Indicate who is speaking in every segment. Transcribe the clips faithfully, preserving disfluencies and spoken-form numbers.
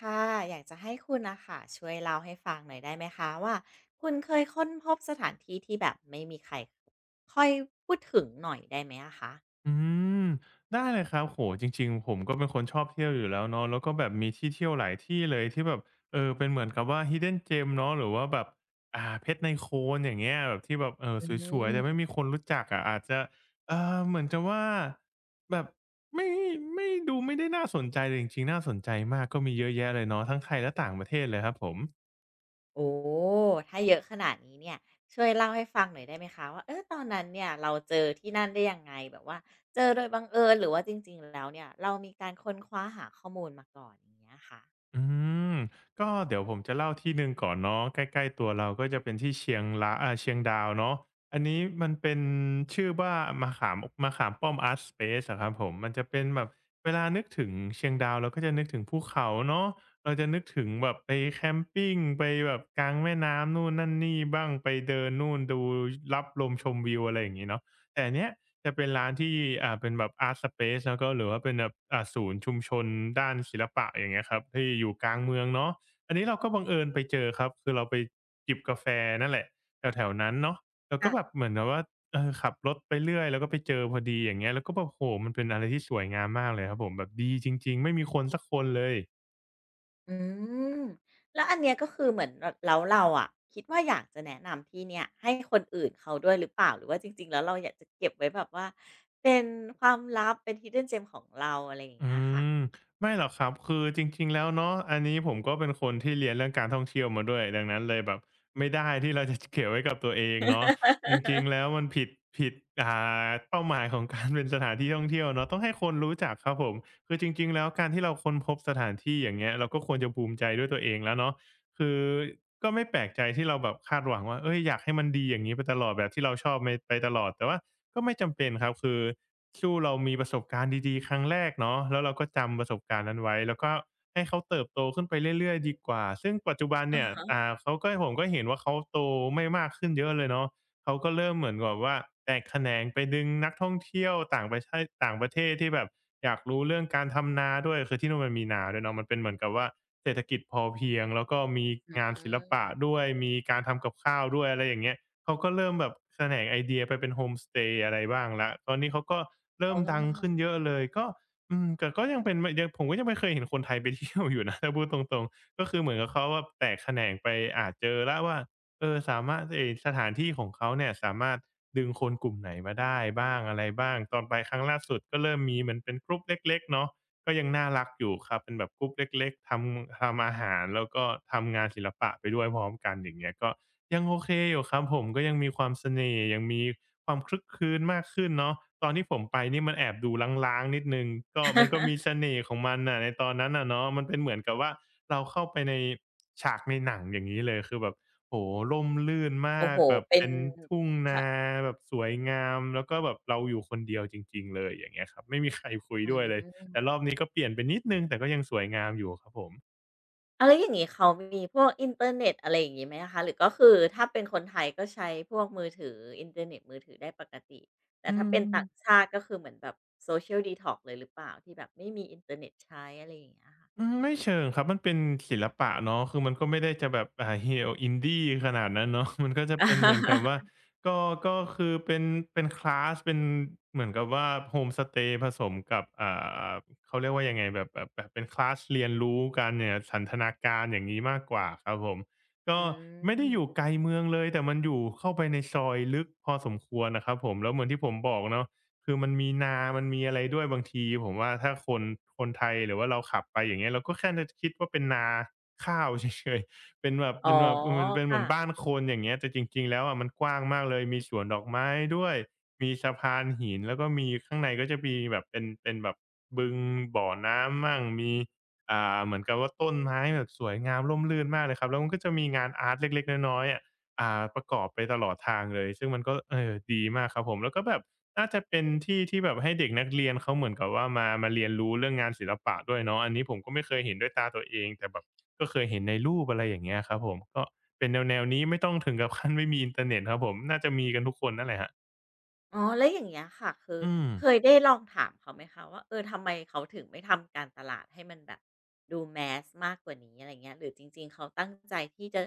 Speaker 1: ค่ะอยากจะให้คุณนะค่ะช่วยเล่าให้ฟังหน่อยได้ไหมคะว่าคุณเคยค้นพบสถานที่ที่แบบไม่มีใครค่อยพูดถึงหน่อยได้ไหมอะคะ
Speaker 2: อืมได้เลยครับโหจริงๆผมก็เป็นคนชอบเที่ยวอยู่แล้วเนาะแล้วก็แบบมีที่เที่ยวหลายที่เลยที่แบบเออเป็นเหมือนกับว่า hidden gem เนาะหรือว่าแบบอ่าเพชรในโคนอย่างเงี้ยแบบที่แบบเอ่อ
Speaker 1: อื
Speaker 2: สวยๆแต่ไม่
Speaker 1: ม
Speaker 2: มีคนรู้จักอะอาจจะเอ่อเหมือนกับว่าแบบไม่ไม่ดูไม่ได้น่าสนใจแต่จริงๆน่าสนใจมากก็มีเยอะแยะเลยเนาะทั้งไทยและต่างประเทศเลยครับผม
Speaker 1: โอ้ถ้าเยอะขนาดนี้เนี่ยช่วยเล่าให้ฟังหน่อยได้ไหมคะว่าเออตอนนั้นเนี่ยเราเจอที่นั่นได้ยังไงแบบว่าเจอโดยบังเอิญหรือว่าจริงๆแล้วเนี่ยเรามีการค้นคว้าหาข้อมูลมาก่อนอย่างเงี้ยค่ะ
Speaker 2: อืมก็เดี๋ยวผมจะเล่าที่หนึ่งก่อนเนาะใกล้ๆตัวเราก็จะเป็นที่เชียงละอ่าเชียงดาวเนาะอันนี้มันเป็นชื่อว่ามะขามมะขามป้อมอาร์ตสเปซอะครับผมมันจะเป็นแบบเวลานึกถึงเชียงดาวเราก็จะนึกถึงภูเขาเนาะเราจะนึกถึงแบบไปแคมปิงไปแบบกลางแม่น้ำนู่นนั่นนี่บ้างไปเดินนู่นดูรับลมชมวิวอะไรอย่างงี้เนาะแต่อันเนี้ย จะเป็นร้านที่อ่าเป็นแบบ Art Space แล้วก็หรือว่าเป็นแบบอ่าศูนย์ชุมชนด้านศิลปะอย่างเงี้ยครับที่อยู่กลางเมืองเนาะอันนี้เราก็บังเอิญไปเจอครับคือเราไปจิบกาแฟนั่นแหละแถวๆนั้นเนาะเราก็แบบเหมือนแบบว่าเออขับรถไปเรื่อยแล้วก็ไปเจอพอดีอย่างเงี้ยแล้วก็แบบโอ้โฮมันเป็นอะไรที่สวยงามมากเลยครับผมแบบดีจริงๆไม่มีคนสักคนเลย
Speaker 1: อืมแล้วอันเนี้ยก็คือเหมือนเราแล้วเราอะคิดว่าอยากจะแนะนำที่เนี้ยให้คนอื่นเขาด้วยหรือเปล่าหรือว่าจริงๆแล้วเราอยากจะเก็บไว้แบบว่าเป็นความลับเป็น hidden gem ของเราอะไรอย่าง
Speaker 2: อื
Speaker 1: เงี้ยค่ะ
Speaker 2: มไม่หรอกครับคือจริงๆแล้วเนาะอันนี้ผมก็เป็นคนที่เรียนเรื่องการท่องเที่ยวมาด้วยดังนั้นเลยแบบไม่ได้ที่เราจะเก็บไว้กับตัวเองเนาะจริงๆแล้วมันผิดผิดอ่าเป้าหมายของการเป็นสถานที่ท่องเที่ยวเนาะต้องให้คนรู้จักครับผมคือจริงๆแล้วการที่เราค้นพบสถานที่อย่างเงี้ยเราก็ควรจะภูมิใจด้วยตัวเองแล้วเนาะคือก็ไม่แปลกใจที่เราแบบคาดหวังว่าเอ้ยอยากให้มันดีอย่างนี้ไปตลอดแบบที่เราชอบไปไปตลอดแต่ว่า ก็ไม่จำเป็นครับคือสู้เรามีประสบการณ์ดีๆครั้งแรกเนาะแล้วเราก็จำประสบการณ์นั้นไว้แล้วก็ให้เขาเติบโตขึ้นไปเรื่อยๆดีกว่าซึ่งปัจจุบัน
Speaker 1: อะ
Speaker 2: เนี่ย
Speaker 1: ฮะ
Speaker 2: อ่าเขาก็ผมก็เห็นว่าเขาโตไม่มากขึ้นเยอะเลยเนาะเขาก็เริ่มเหมือนแบบว่าแตกแขนงไปดึงนักท่องเที่ยวต่างประเทศต่างประเทศที่แบบอยากรู้เรื่องการทำนาด้วยคือที่นู่นมันมีนาด้วยเนาะมันเป็นเหมือนกับว่าเศรษฐกิจพอเพียงแล้วก็มี
Speaker 1: อื
Speaker 2: งานศิลปะ
Speaker 1: ม
Speaker 2: ด้วยมีการทำกับข้าวด้วยอะไรอย่างเงี้ย เขาก็เริ่มแบบแขนงไอเดียไปเป็นโฮมสเตย์อะไรบ้างแล้วตอนนี้เขาก็เริ่
Speaker 1: อ๋อ
Speaker 2: มดังขึ้นเยอะเลย ก็อืมแต่ก็ยังเป็นมยังผมก็ยังไม่เคยเห็นคนไทยไปเที่ยวอยู่นะ ถ้าพูดตรงๆก็คือเหมือนกับเขาอะแตกแขนงไปอ่าเจอแล้วว่าเออสามารถไอ้สถานที่ของเขาเนี่ยสามารถดึงคนกลุ่มไหนมาได้บ้างอะไรบ้างตอนไปครั้งล่าสุดก็เริ่มมีเหมือนเป็น group เล็กๆเนาะก็ยังน่ารักอยู่ครับเป็นแบบ group เล็กๆทำทำอาหารแล้วก็ทำงานศิลปะไปด้วยพร้อมกันอย่างเงี้ยก็ ยังโอเคอยู่ครับผมก็ยังมีความเสน่ห์ยังมีความคลึกครื้นมากขึ้นเนาะตอนที่ผมไปนี่มันแอบดูร้างๆนิดหนึ่งก็มันก็มี เสน่ห์ของมันน่ะในตอนนั้นน่ะเนาะมันเป็นเหมือนกับว่าเราเข้าไปในฉากในหนังอย่างงี้เลยคือแบบโอ้โฮร่มรื่น
Speaker 1: โอ้
Speaker 2: มา
Speaker 1: โฮ
Speaker 2: กแบบ
Speaker 1: เป็น
Speaker 2: เป็นทุ่งนา
Speaker 1: ค่ะ
Speaker 2: แบบสวยงามแล้วก็แบบเราอยู่คนเดียวจริงๆเลยอย่างเงี้ยครับไม่มีใครคุย
Speaker 1: อื
Speaker 2: ด้วยเลย
Speaker 1: ม
Speaker 2: แต่รอบนี้ก็เปลี่ยนไปนิดหนึ่งแต่ก็ยังสวยงามอยู่ครับผม
Speaker 1: อะแล้วอย่างงี้เขามีพวกอินเทอร์เน็ตอะไรอย่างงี้ไหมคะหรือก็คือถ้าเป็นคนไทยก็ใช้พวกมือถืออินเทอร์เน็ตมือถือได้ปกติแต่
Speaker 2: อื
Speaker 1: ถ้า
Speaker 2: ม
Speaker 1: เป็นต่างชาติก็คือเหมือนแบบโซเชียลดีท็อกเลยหรือเปล่าที่แบบไม่มีอินเทอร์เน็ตใช้อะไรอย่างเงี้ยค่ะ
Speaker 2: อืมไม่เชิงครับมันเป็นศิลปะเนาะคือมันก็ไม่ได้จะแบบอ่าเหี่ยว Indie ขนาดนั้นเนาะ มันก็จะเป็นเหมือนกับว่า ก็ก็คือเป็นเป็นคลาสเป็นเหมือนกับว่าโฮมสเตย์ผสมกับอ่าเขาเรียกว่ายังไงแบบแบบแบบเป็นคลาสเรียนรู้กันเนี่ยสันทนาการอย่างงี้มากกว่าครับผมก็
Speaker 1: อื
Speaker 2: ไม่ได้อยู่
Speaker 1: ม
Speaker 2: ไกลเมืองเลยแต่มันอยู่เข้าไปในซอยลึกพอสมควรนะครับผมแล้วเหมือนที่ผมบอกเนาะ คือมันมีนา มันมีอะไรด้วยบางทีผมว่าถ้าคนคนไทยหรือว่าเราขับไปอย่างเงี้ยเราก็แค่จะคิดว่าเป็นนาข้าวเฉยๆ เป็นแบบ
Speaker 1: อ๋อ
Speaker 2: เป็นแบบเออเป็นเหมือนบ้า
Speaker 1: ค่ะ
Speaker 2: นคนอย่างเงี้ยแต่จริงๆแล้วอะมันกว้างมากเลยมีสวนดอกไม้ด้วยมีสะพานหินแล้วก็มีข้างในก็จะมีแบบเป็นเป็นแบบบึงบ่อน้ำมั่งมีอ่าเหมือนกับว่าต้นไม้แบบสวยงามร่มรื่นมากเลยครับแล้วมันก็จะมีงานอาร์ตเล็กๆน้อยๆอะอ่าประกอบไปตลอดทางเลยซึ่งมันก็เออดีมากครับผมแล้วก็แบบ น่าจะเป็นที่ที่แบบให้เด็กนักเรียนเขาเหมือนกับว่ามามาเรียนรู้เรื่องงานศิลปะด้วยเนาะอันนี้ผมก็ไม่เคยเห็นด้วยตาตัวเองแต่แบบก็เคยเห็นในรูปอะไรอย่างเงี้ยครับผมก็เป็นแนวๆนี้ไม่ต้องถึงกับขั้นไม่มีอินเทอร์เน็ตครับผมน่าจะมีกันทุกคนนั่นแหละครับ
Speaker 1: อ๋อแล้วอย่างเงี้ยค่ะคือ
Speaker 2: อืม
Speaker 1: เคยได้ลองถามเขาไหมคะว่าเออทำไมเขาถึงไม่ทำการตลาดให้มันแบบดู m a สมากกว่านี้อะไรเงี้ยหรือจริงๆเขาตั้งใจที่จะ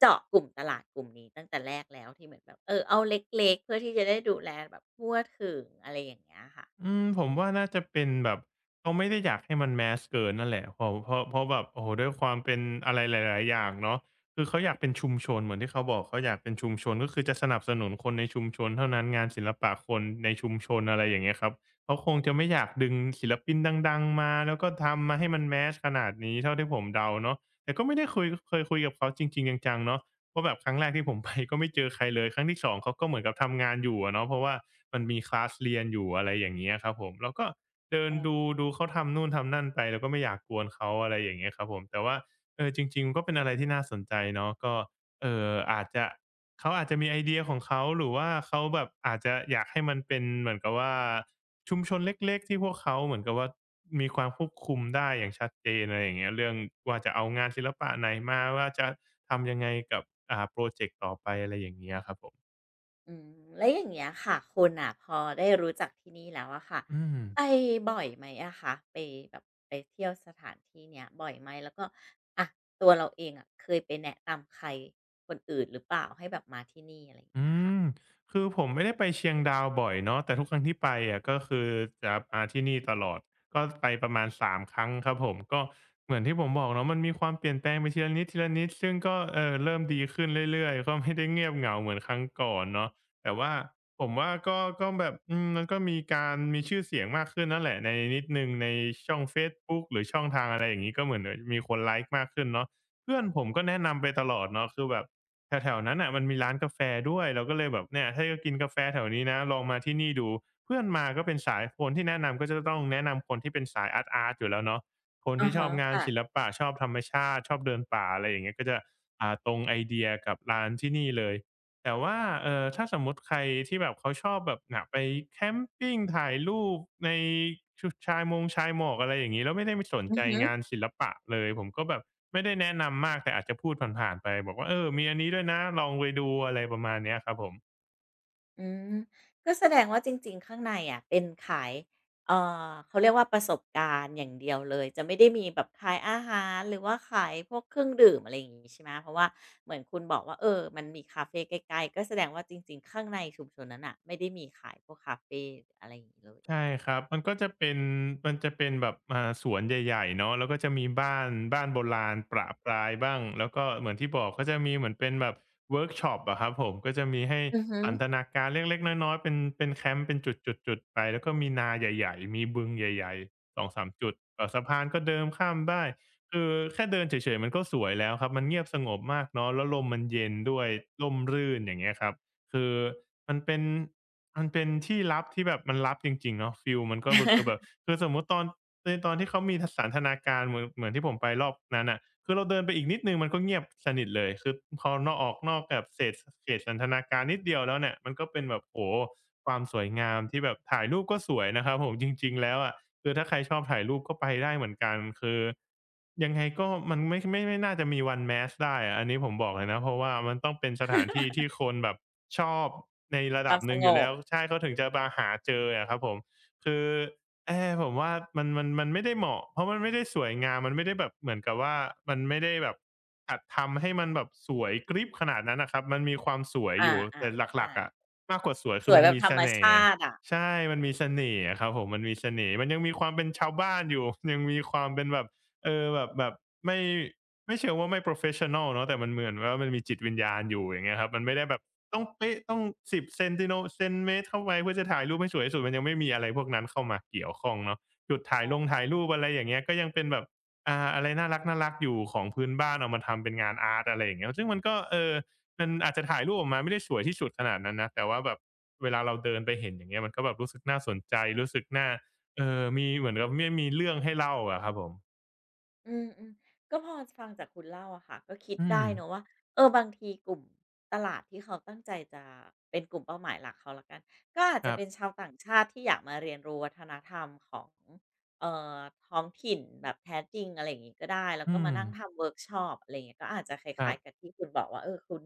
Speaker 1: เจาะกลุ่มตลาดกลุ่มนี้ตั้งแต่แรกแล้วที่เหมือนแบบเออเอาเล็กๆเพื่อที่จะได้ดูแลแบบทั่วถึงอะไรอย่างเงี้ยค่ะ
Speaker 2: อืมผมว่าน่าจะเป็นแบบเขาไม่ได้อยากให้มันแมสเกินนั่นแหละเพราะเพราะเพราะแบบโอ้โฮด้วยความเป็นอะไรหลายๆอย่างเนาะคือเขาอยากเป็นชุมชนเหมือนที่เขาบอกเขาอยากเป็นชุมชนก็คือจะสนับสนุนคนในชุมชนเท่านั้นงานศิลปะคนในชุมชนอะไรอย่างเงี้ยครับเขาคงจะไม่อยากดึงศิลปินดังๆมาแล้วก็ทำมาให้มันแมสขนาดนี้เท่าที่ผมเดาเนาะแต่ก็ไม่ได้คุยเคยคุยกับเขาจริงๆจังๆเนาะ ว่าแบบครั้งแรกที่ผมไปก็ไม่เจอใครเลยครั้งที่สองเขาก็เหมือนกับทำงานอยู่อะเนาะเพราะว่ามันมีคลาสเรียนอยู่อะไรอย่างเงี้ยครับผมเราก็เดินดูดูเขาทำนู่นทำนั่นไปเราก็ไม่อยากกวนเขาอะไรอย่างเงี้ยครับผมแต่ว่าเออจริงๆก็เป็นอะไรที่น่าสนใจเนาะก็เอ่ออาจจะเขาอาจจะมีไอเดียของเขาหรือว่าเขาแบบอาจจะอยากให้มันเป็นเหมือนกับว่า ชุมชนเล็กๆที่พวกเขาเหมือนกับว่ามีความควบคุมได้อย่างชัดเจนอะไรอย่างเงี้ยเรื่องว่าจะเอางานศิลปะไหนมาว่าจะทำยังไงกับอ่าพรอเจกต์ต่อไปอะไรอย่างเงี้ยครับผม
Speaker 1: อืมแล้วอย่างเงี้ยค่ะคุณน่ะพอได้รู้จักที่นี่แล้วอะค่ะ
Speaker 2: อืม
Speaker 1: ไปบ่อยไหมอะคะไปแบบไปเที่ยวสถานที่เนี้ยบ่อยไหมแล้วก็อะตัวเราเองอะเคยไปแนะนำใครคนอื่นหรือเปล่าให้แบบมาที่นี่อะไรอย่าง
Speaker 2: อื
Speaker 1: เงี้ยค่ะ
Speaker 2: มคือผมไม่ได้ไปเชียงดาวบ่อยเนาะแต่ทุกครั้งที่ไปอะก็คือจะมาที่นี่ตลอดก็ไปประมาณสามครั้งครับผมก็เหมือนที่ผมบอกเนาะมันมีความเปลี่ยนแปลงไปทีละนิดๆซึ่งก็เอ่อเริ่มดีขึ้นเรื่อยๆก็ไม่ได้เงียบเหงาเหมือนครั้งก่อนเนาะแต่ว่าผมว่าก็ก็แบบอืมมันก็มีการมีชื่อเสียงมากขึ้นนั่นแหละในนิดหนึ่งในช่องเฟซบุ๊กหรือช่องทางอะไรอย่างงี้ก็เหมือนเอ่อมีคนไลก์มากขึ้นเนาะเพื่อนผมก็แนะนำไปตลอดเนาะคือแบบ แถวๆนั้นน่ะมันมีร้านกาแฟด้วยเราก็เลยแบบเนี่ยถ้าจะกินกาแฟแถวนี้นะลองมาที่นี่ดูเพื่อนมาก็เป็นสายคนที่แนะนำก็จะต้องแนะนำคนที่เป็นสายอาร์ตๆอยู่แล้วเนาะคน
Speaker 1: ออ
Speaker 2: ที่ชอ
Speaker 1: ฮะ
Speaker 2: บงานศิล
Speaker 1: ค่ะ
Speaker 2: ปะชอบธรรมชาติชอบเดินป่าอะไรอย่างเงี้ยก็จะอ่าตรงไอเดียกับร้านที่นี่เลยแต่ว่าเอ่อถ้าสมมุติใครที่แบบเขาชอบแบบน่ะไปแคมปิงถ่ายรูปในชชายมงชายหมอกอะไรอย่างงี้แล้วไม่ได้ไปสน
Speaker 1: อือ
Speaker 2: ใจ
Speaker 1: ฮึ
Speaker 2: งานศิลปะเลยผมก็แบบ ไม่ได้แนะนำมากแต่อาจจะพูดผ่านๆไปบอกว่าเออมีอันนี้ด้วยนะลองไปดูอะไรประมาณเนี้ยครับผม
Speaker 1: อืมก็แสดงว่าจริงๆข้างในอะเป็นขายเอ่อเขาเรียกว่าประสบการณ์อย่างเดียวเลยจะไม่ได้มีแบบขายอาหารหรือว่าขายพวกเครื่องดื่มอะไรอย่างงี้ใช่ไหมเพราะว่าเหมือนคุณบอกว่าเออมันมีคาเฟใกล้ๆก็แสดงว่าจริงๆข้างในชุมชนนั้นน่ะไม่ได้มีขายพวกคาเฟอะไรอย่างงี้เลยเหร
Speaker 2: ใช่
Speaker 1: อ
Speaker 2: ครับมันก็จะเป็นมันจะเป็นแบบอ่าสวนใหญ่ๆเนาะแล้วก็จะมีบ้านบ้านโบราณประปรายบ้างแล้วก็เหมือนที่บอกก็จะมีเหมือนเป็นแบบเวิร์กช็อปอะครับผมก็จะมีให้
Speaker 1: อือฮึ
Speaker 2: สันทนาการเล็กๆน้อยๆเป็นเป็นแคมป์เป็นจุดๆๆไปแล้วก็มีนาใหญ่ๆมีบึงใหญ่ๆสองถึงสามจุดเอ่อสะพานก็เดินข้ามได้คือแค่เดินเฉยๆมันก็สวยแล้วครับมันเงียบสงบมากเนาะแล้วลมมันเย็นด้วยร่มรื่นอย่างเงี้ยครับ คือมันเป็นมันเป็นที่ลับที่แบบมันลับจริงๆเนาะฟีลมันก็คือแบบคือสมมุติตอนในตอนที่เขามีสันทนาการเหมือนเหมือนที่ผมไปรอบนั้นน่ะคือเราเดินไปอีกนิดหนึ่งมันก็เงียบสนิทเลยคือพอเนาะออกนอกแบบเศษเขตสันทนาการนิดเดียวแล้วเนี่ยมันก็เป็นแบบโอ้โฮความสวยงามที่แบบถ่ายรูปก็สวยนะครับผมจริงๆแล้วอะ คือถ้าใครชอบถ่ายรูปก็ไปได้เหมือนกันคือยังไงก็มันไม่ไม่ไม่น่าจะมีวัน mass ได้อะอันนี้ผมบอกเลยนะเพราะว่ามันต้องเป็นสถานที่ที่คนแบบชอบในระ
Speaker 1: ค
Speaker 2: ดั
Speaker 1: วา
Speaker 2: บ
Speaker 1: ม
Speaker 2: ห
Speaker 1: ส
Speaker 2: นึ่ง
Speaker 1: ง
Speaker 2: อยู่
Speaker 1: บ
Speaker 2: แล้วใช่เขาถึงจะมาหาเจออะครับผมคือแอผมว่ามันมันมันไม่ได้เหมาะเพราะมันไม่ได้สวยงามมันไม่ได้แบบเหมือนกับว่ามันไม่ได้แบบจัดทำให้มันแบบสวยกริ๊บขนาดนั้นน่ะครับมันมีความสวยอ
Speaker 1: อา
Speaker 2: ยู่แต่
Speaker 1: ๆเข้า
Speaker 2: ห
Speaker 1: ใจ
Speaker 2: ลักๆอะมากกว่าสวย
Speaker 1: ส
Speaker 2: คือ
Speaker 1: วย
Speaker 2: มัน
Speaker 1: แบบ
Speaker 2: มี
Speaker 1: ธร
Speaker 2: เส
Speaker 1: รม
Speaker 2: น่ห์
Speaker 1: ชาติอะ
Speaker 2: ใช่มัน
Speaker 1: อื
Speaker 2: มี
Speaker 1: อ
Speaker 2: เสน่ห์อะครับผมมันมีเสน่ห์มันยังมีความเป็นชาวบ้านอยู่ ยังมีความเป็นแบบเออแบบแบบไม่ไม่เชิงว่าไม่โพรเฟสชันนัลเนาะแต่มันเหมือนว่ามันมีจิตวิญญาณอยู่อย่างเงี้ยครับมันไม่ได้แบบต้องเป๊ะต้องสิบเซนติโนเซนเมตรเข้าไปเพื่อจะถ่ายรูปให้สวยที่สุดมันยังไม่มีอะไรพวกนั้นเข้ามาเกี่ยวข้องเนาะจุดถ่าย
Speaker 1: อ๋
Speaker 2: ลงถ่าย
Speaker 1: อ
Speaker 2: รูปอะไรอย่างเงี้ยก็ยังเป็นแบบอ่าอะไรน่ารักๆอยู่ของพื้นบ้านเอามาทำเป็นงานอาร์ตอะไรอย่างเงี้ยซึ่งมันก็เออมันอาจจะถ่ายรูปออกมาไม่ได้สวยที่สุดขนาดนั้นนะแต่ว่าแบบ เวลาเราเดินไปเห็นอย่างเงี้ยมันก็แบบรู้สึกน่าสนใจรู้สึกน่าเอ่อมีเหมือนกับเนี่มีเรื่องให้เล่าอะครับผม
Speaker 1: อืมอืมก็พอฟังจากคุณเล่าอะค่ะก็คิด
Speaker 2: อืม
Speaker 1: ได้เนอะว่าเออบางทีกลุ่มตลาดที่เขาตั้งใจจะเป็นกลุ่มเป้าหมายหลักเขาละกันก็อาจ
Speaker 2: ค
Speaker 1: จะ
Speaker 2: รับ
Speaker 1: เป็นชาวต่างชาติที่อยากมาเรียนรู้วัฒนธรรมของเอ่อท้องถิ่นแบบแท้จริงอะไรอย่างงี้ก็ได้แล้วก็
Speaker 2: อื
Speaker 1: มา
Speaker 2: ม
Speaker 1: นั่งทำเวิร์กช็อปอะไรอย่างเงี้ยก็อาจจะค
Speaker 2: ครั
Speaker 1: ล้ายๆกับ
Speaker 2: บ
Speaker 1: ที่คุณบอกว่าเออคุณ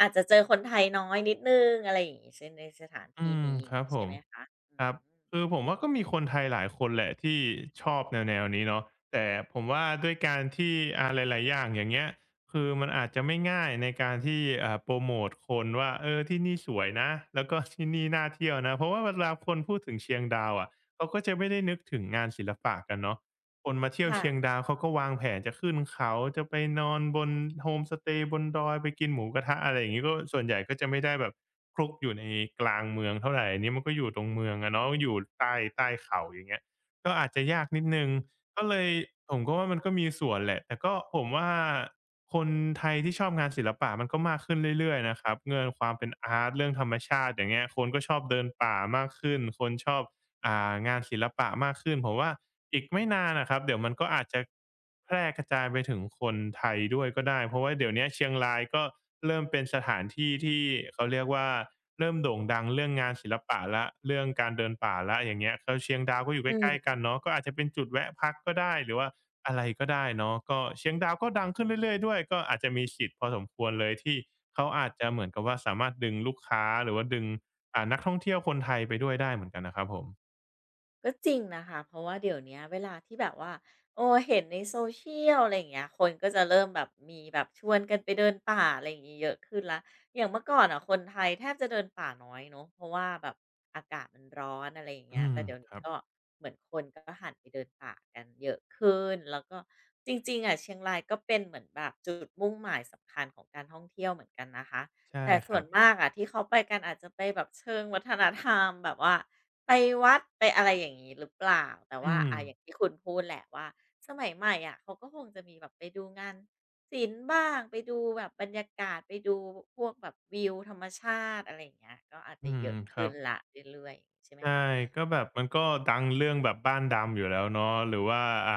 Speaker 1: อาจจะเจอคนไทยน้อยนิดนึงอะไรอย่างงี้ใช่นในสถาน
Speaker 2: อื
Speaker 1: ที่
Speaker 2: ม
Speaker 1: นี้
Speaker 2: ครับผ
Speaker 1: ใช่
Speaker 2: ม
Speaker 1: ไหมคะอื
Speaker 2: ครับ
Speaker 1: ม
Speaker 2: คือผมว่าก็มีคนไทยหลายคนแหละที่ชอบแนวๆนี้เนาะแต่ผมว่าด้วยการที่อ่าหลายๆอย่างอย่างเงี้ยคือมันอาจจะไม่ง่ายในการที่อ่าโพรโมตคนว่าเออที่นี่สวยนะแล้วก็ที่นี่น่าเที่ยวนะเพราะว่าเวลาคนพูดถึงเชียงดาวอะเขาก็จะไม่ได้นึกถึงงานศิลปะกันเนาะ คนมาเที่ยว
Speaker 1: ค่ะ
Speaker 2: เชียงดาวเขาก็วางแผนจะขึ้นเขาจะไปนอนบนโฮมสเตย์บนดอยไปกินหมูกระทะอะไรอย่างงี้ก็ส่วนใหญ่ก็จะไม่ได้แบบคลุกอยู่ในกลางเมืองเท่าไรอันนี้มันก็อยู่ตรงเมืองอะเนาะอยู่ใต้ใต้เขาอย่างเงี้ยก็อาจจะยากนิดหนึ่งก็เลยผมก็ว่ามันก็มีส่วนแหละแต่ก็ผมว่าคนไทยที่ชอบงานศิลปะมันก็มากขึ้นเรื่อยๆนะครับเงื่อนความเป็นอาร์ตเรื่องธรรมชาติอย่างเงี้ยคนก็ชอบเดินป่ามากขึ้นคนชอบ อ่างานศิลปะมากขึ้นผมว่าอีกไม่นานนะครับเดี๋ยวมันก็อาจจะแพร่กระจายไปถึงคนไทยด้วยก็ได้เพราะว่าเดี๋ยวเนี้ยเชียงรายก็เริ่มเป็นสถานที่ที่เขาเรียกว่าเริ่มโด่งดังเรื่องงานศิลปะแล้วเรื่องการเดินป่าแล้วอย่างเงี้ยแล้วเชียงดาวก็อยู่
Speaker 1: อื
Speaker 2: ใกล้ๆกั
Speaker 1: ม
Speaker 2: นเนาะก็อาจจะเป็นจุดแวะพักก็ได้หรือว่าอะไรก็ได้เนาะก็เชียงดาวก็ดังขึ้นเรื่อยๆด้วยก็อาจจะมีสิทธิ์พอสมควรเลยที่เขาอาจจะเหมือนกับว่าสามารถดึงลูกค้าหรือว่าดึงอ่านักท่องเที่ยวคนไทยไปด้วยได้เหมือนกันนะครับผม
Speaker 1: ก็จริงนะคะเพราะว่าเดี๋ยวเนี้ยเวลาที่แบบว่าโอ้เห็นในโซเชียลอะไรอย่างเงี้ยคนก็จะเริ่มแบบมีแบบชวนกันไปเดินป่าอะไรอย่างงี้เยอะขึ้นละอย่างเมื่อก่อนอ่ะคนไทยแทบจะเดินป่าน้อยเนาะเพราะว่าแบบอากาศมันร้อนอะไรอย่าง
Speaker 2: อื
Speaker 1: เงี้ย
Speaker 2: ม
Speaker 1: แต่เดี๋ยว
Speaker 2: ค
Speaker 1: นี้
Speaker 2: รับ
Speaker 1: ก็เหมือนคนก็หันไปเดินป่ากันเยอะขึ้นแล้วก็จริงๆอ่ะเชียงรายก็เป็นเหมือนแบบจุดมุ่งหมายสำคัญของการท่องเที่ยวเหมือนกันนะคะ
Speaker 2: ใช่
Speaker 1: แต่
Speaker 2: ค
Speaker 1: ส่ว
Speaker 2: รั
Speaker 1: น
Speaker 2: บ
Speaker 1: มากอะที่เขาไปกันอาจจะไปแบบเชิงวัฒนธรรมแบบว่าไปวัดไปอะไรอย่างงี้หรือเปล่าแต่
Speaker 2: อื
Speaker 1: ว่า
Speaker 2: ม
Speaker 1: อาอย่างที่คุณพูดแหละว่าสมัยใหม่อะเขาก็คงจะมีแบบไปดูงานศิลป์บ้างไปดูแบบบรรยากาศไปดูพวกแบบวิวธรรมชาติอะไรอย่างเงี้ยก็อาจ
Speaker 2: อื
Speaker 1: จะเย
Speaker 2: ม
Speaker 1: อะ
Speaker 2: ครั
Speaker 1: ขึ้น
Speaker 2: บ
Speaker 1: แล้วเรื่อยๆใช่ไหม
Speaker 2: ใช่
Speaker 1: คะ
Speaker 2: ก็แบบมันก็ดังเรื่องแบบบ้านดำอยู่แล้วเนาะหรือว่าอ่า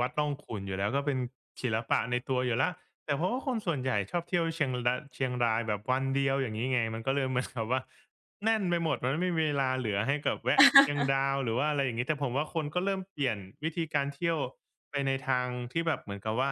Speaker 2: วัดร่องขุ่นอยู่แล้วก็เป็นศิลปะในตัวอยู่แล้วแต่เพราะว่าคนส่วนใหญ่ชอบเที่ยวเชียงรเชียงรายแบบวันเดียวอย่างงี้ไงมันก็เลยเหมือนกับว่าแน่นไปหมดมันไม่มีเวลาเหลือให้กับแวะเชียงดาวหรือว่าอะไรอย่างงี้แต่ผมว่าคนก็เริ่มเปลี่ยนวิธีการเที่ยวไปในทางที่แบบเหมือนกับว่า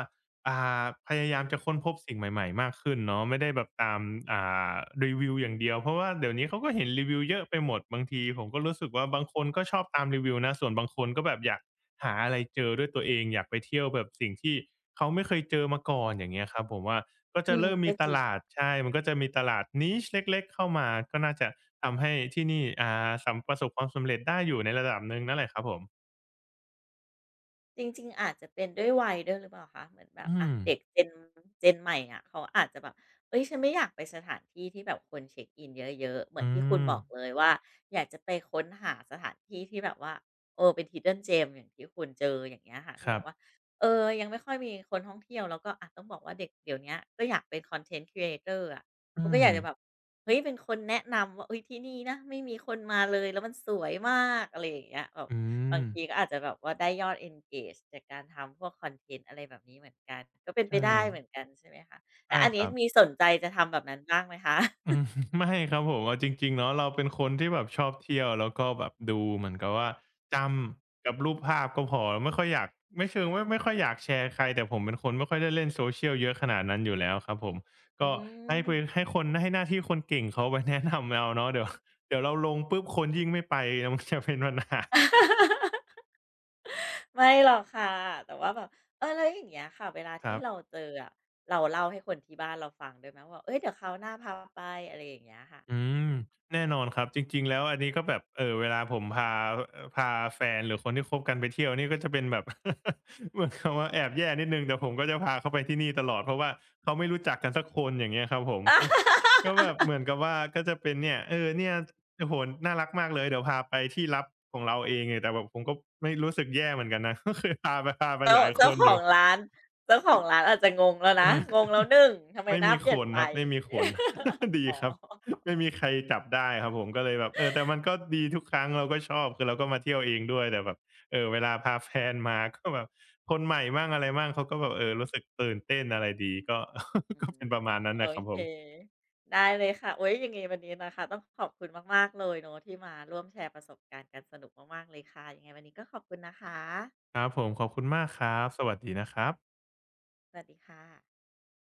Speaker 2: อ่าพยายามจะค้นพบสิ่งใหม่ๆมากขึ้นเนาะไม่ได้แบบตามอ่ารีวิวอย่างเดียวเพราะว่าเดี๋ยวนี้เขาก็เห็นรีวิวเยอะไปหมดบางทีผมก็รู้สึกว่าบางคนก็ชอบตามรีวิวนะส่วนบางคนก็แบบอยากหาอะไรเจอด้วยตัวเองอยากไปเที่ยวแบบสิ่งที่เขาไม่เคยเจอมาก่อนอย่างเงี้ยครับผมว่าก็
Speaker 1: อื
Speaker 2: จะ
Speaker 1: ม
Speaker 2: เริ่ม
Speaker 1: ก็
Speaker 2: มีต
Speaker 1: จริง
Speaker 2: ลาดใช่มันก็จะมีตลาด niche เล็กๆเข้ามาก็น่าจะทำให้ที่นี่อ่าสำประสบความสำเร็จได้อยู่ในระดับหนึ่งนั่นแหละครับผม
Speaker 1: จริงๆอาจจะเป็นด้วยวัยด้วยหรือเปล่าคะเหมือนแบบ
Speaker 2: อื
Speaker 1: อะ
Speaker 2: ม
Speaker 1: เด็ก Gen Gen ใหม่อะเขาอาจจะแบบเฮ้ยฉันไม่อยากไปสถานที่ที่แบบคนเช็กอินเยอะๆเหมือน
Speaker 2: อื
Speaker 1: ที่คุณ
Speaker 2: ม
Speaker 1: บอกเลยว่าอยากจะไปค้นหาสถานที่ที่แบบว่าเออเป็น Hidden Gem อย่างที่คุณเจออย่างเงี้ยค่ะ
Speaker 2: ค
Speaker 1: ที่แบ
Speaker 2: รั
Speaker 1: บว่า
Speaker 2: บ
Speaker 1: เออยังไม่ค่อยมีคนท่องเที่ยวแล้วก็อาต้องบอกว่าเด็กเดี๋ยวเนี้ยก็อยากเป็น Content Creator อะ
Speaker 2: อื
Speaker 1: เขาก็อ
Speaker 2: ม
Speaker 1: ยากจะแบบเฮ้ยเป็นคนแนะนำว่าเฮ้ยที่นี่นะไม่มีคนมาเลยแล้วมันสวยมากอะไรอย่างเงี้ยแบบ
Speaker 2: อื
Speaker 1: บา
Speaker 2: ม
Speaker 1: งทีก็อาจจะแบบว่าได้ยอด engage จากการทำพวกคอนเทนต์อะไรแบบนี้เหมือนกันก็เป็นไป
Speaker 2: ใช่
Speaker 1: ได้เหมือนกันใช่ไหมคะแล้
Speaker 2: ใช่
Speaker 1: วอัน
Speaker 2: ค
Speaker 1: นี้
Speaker 2: รับ
Speaker 1: มีสนใจจะทำแบบนั้นบ้างไหมคะ
Speaker 2: อื ม ไม่ครับผมเอาจริงๆเนาะเราเป็นคนที่แบบชอบเที่ยวแล้วก็แบบดูเหมือนกับว่าจำกับรูปภาพก็พอไม่ค่อยอยากไม่เชิงว่าไม่ค่อยอยากแชร์ใครแต่ผมเป็นคนไม่ค่อยได้เล่นโซเช i ย l เยอะขนาดนั้นอยู่แล้วครับผม
Speaker 1: อื
Speaker 2: ก็ให้
Speaker 1: ม
Speaker 2: ไปให้คนให้หน้าที่คนเก่งเขาไป แนะนำเราเนาะเดี๋ยวเดี๋ยวเราลงปุ๊บคนยิ่งไม่ไป มันจะเป็นปัญหา
Speaker 1: ไม่หรอกค่ะแต่ว่าแบบเออแล้วอย่างเงี้ยค่ะเวลา
Speaker 2: ครั
Speaker 1: ที่เรา
Speaker 2: บ
Speaker 1: เจออะเราเล่าให้คนที่บ้านเราฟังด้วยไหมว่าเฮ้ยเดี๋ยวคราวหน้าพาไปอะไรอย่างเงี้ยค่ะ
Speaker 2: อืมแน่นอนครับจริงๆแล้วอันนี้ก็แบบเอ่อเวลาผมพาเอ่อพาแฟนหรือคนที่คบกันไปเที่ยวนี่ก็จะเป็นแบบ เหมือนกับว่าแอบแย่นิดหนึ่งแต่ผมก็จะพาเขาไปที่นี่ตลอดเพราะว่าเขาไม่รู้จักกันสักคนอย่างเงี้ยครับผมก็ก็แบบ เหมือนกับว่าก็จะเป็นเนี่ยเออเนี่ยโอ้โฮน่ารักมากเลยเดี๋ยวพาไปที่ลับของเราเองเนี่ยแต่แบบผมก็ไม่รู้สึกแย่เหมือนกันนะ ก็คือพาไปพาไป
Speaker 1: เจ้า
Speaker 2: หลายค
Speaker 1: เจ้า
Speaker 2: น
Speaker 1: ข
Speaker 2: อ
Speaker 1: อ
Speaker 2: ยู่
Speaker 1: งร้านเจ้าของร้านอาจจะงงแล้ว
Speaker 2: เอ
Speaker 1: นะงง
Speaker 2: อ
Speaker 1: แล้วหนึ่งทำไม
Speaker 2: ไม่
Speaker 1: หน้า
Speaker 2: มี
Speaker 1: เป
Speaker 2: ข
Speaker 1: ลี่ยน
Speaker 2: น
Speaker 1: ไป
Speaker 2: ครับไม่มีขน ดี
Speaker 1: อ๋อ
Speaker 2: ครับไม่มีใครจับได้ครับผมก็เลยแบบเออแต่มันก็ดีทุกครั้งเราก็ชอบคือเราก็มาเที่ยวเองด้วยแต่แบบเออเวลาพาแฟนมา ก็แบบคนใหม่มั่งอะไรมั่งเขาก็แบบเออรู้สึกตื่นเต้นอะไรดีก็
Speaker 1: อื
Speaker 2: ก็
Speaker 1: ม
Speaker 2: เป็นประมาณนั้น
Speaker 1: โอ
Speaker 2: น่ะครับผ
Speaker 1: เค
Speaker 2: ม
Speaker 1: ได้เลยค่ะโอ้ยยังไงวันนี้นะคะต้องขอบคุณมากๆเลยเนาะที่มาร่วมแชร์ประสบการณ์กันสนุกมากๆเลยค่ะยังไงวันนี้ก็ขอบคุณนะคะ
Speaker 2: ครับผมขอบคุณมากครับสวัสดีนะครับ
Speaker 1: สวัสดีค่ะ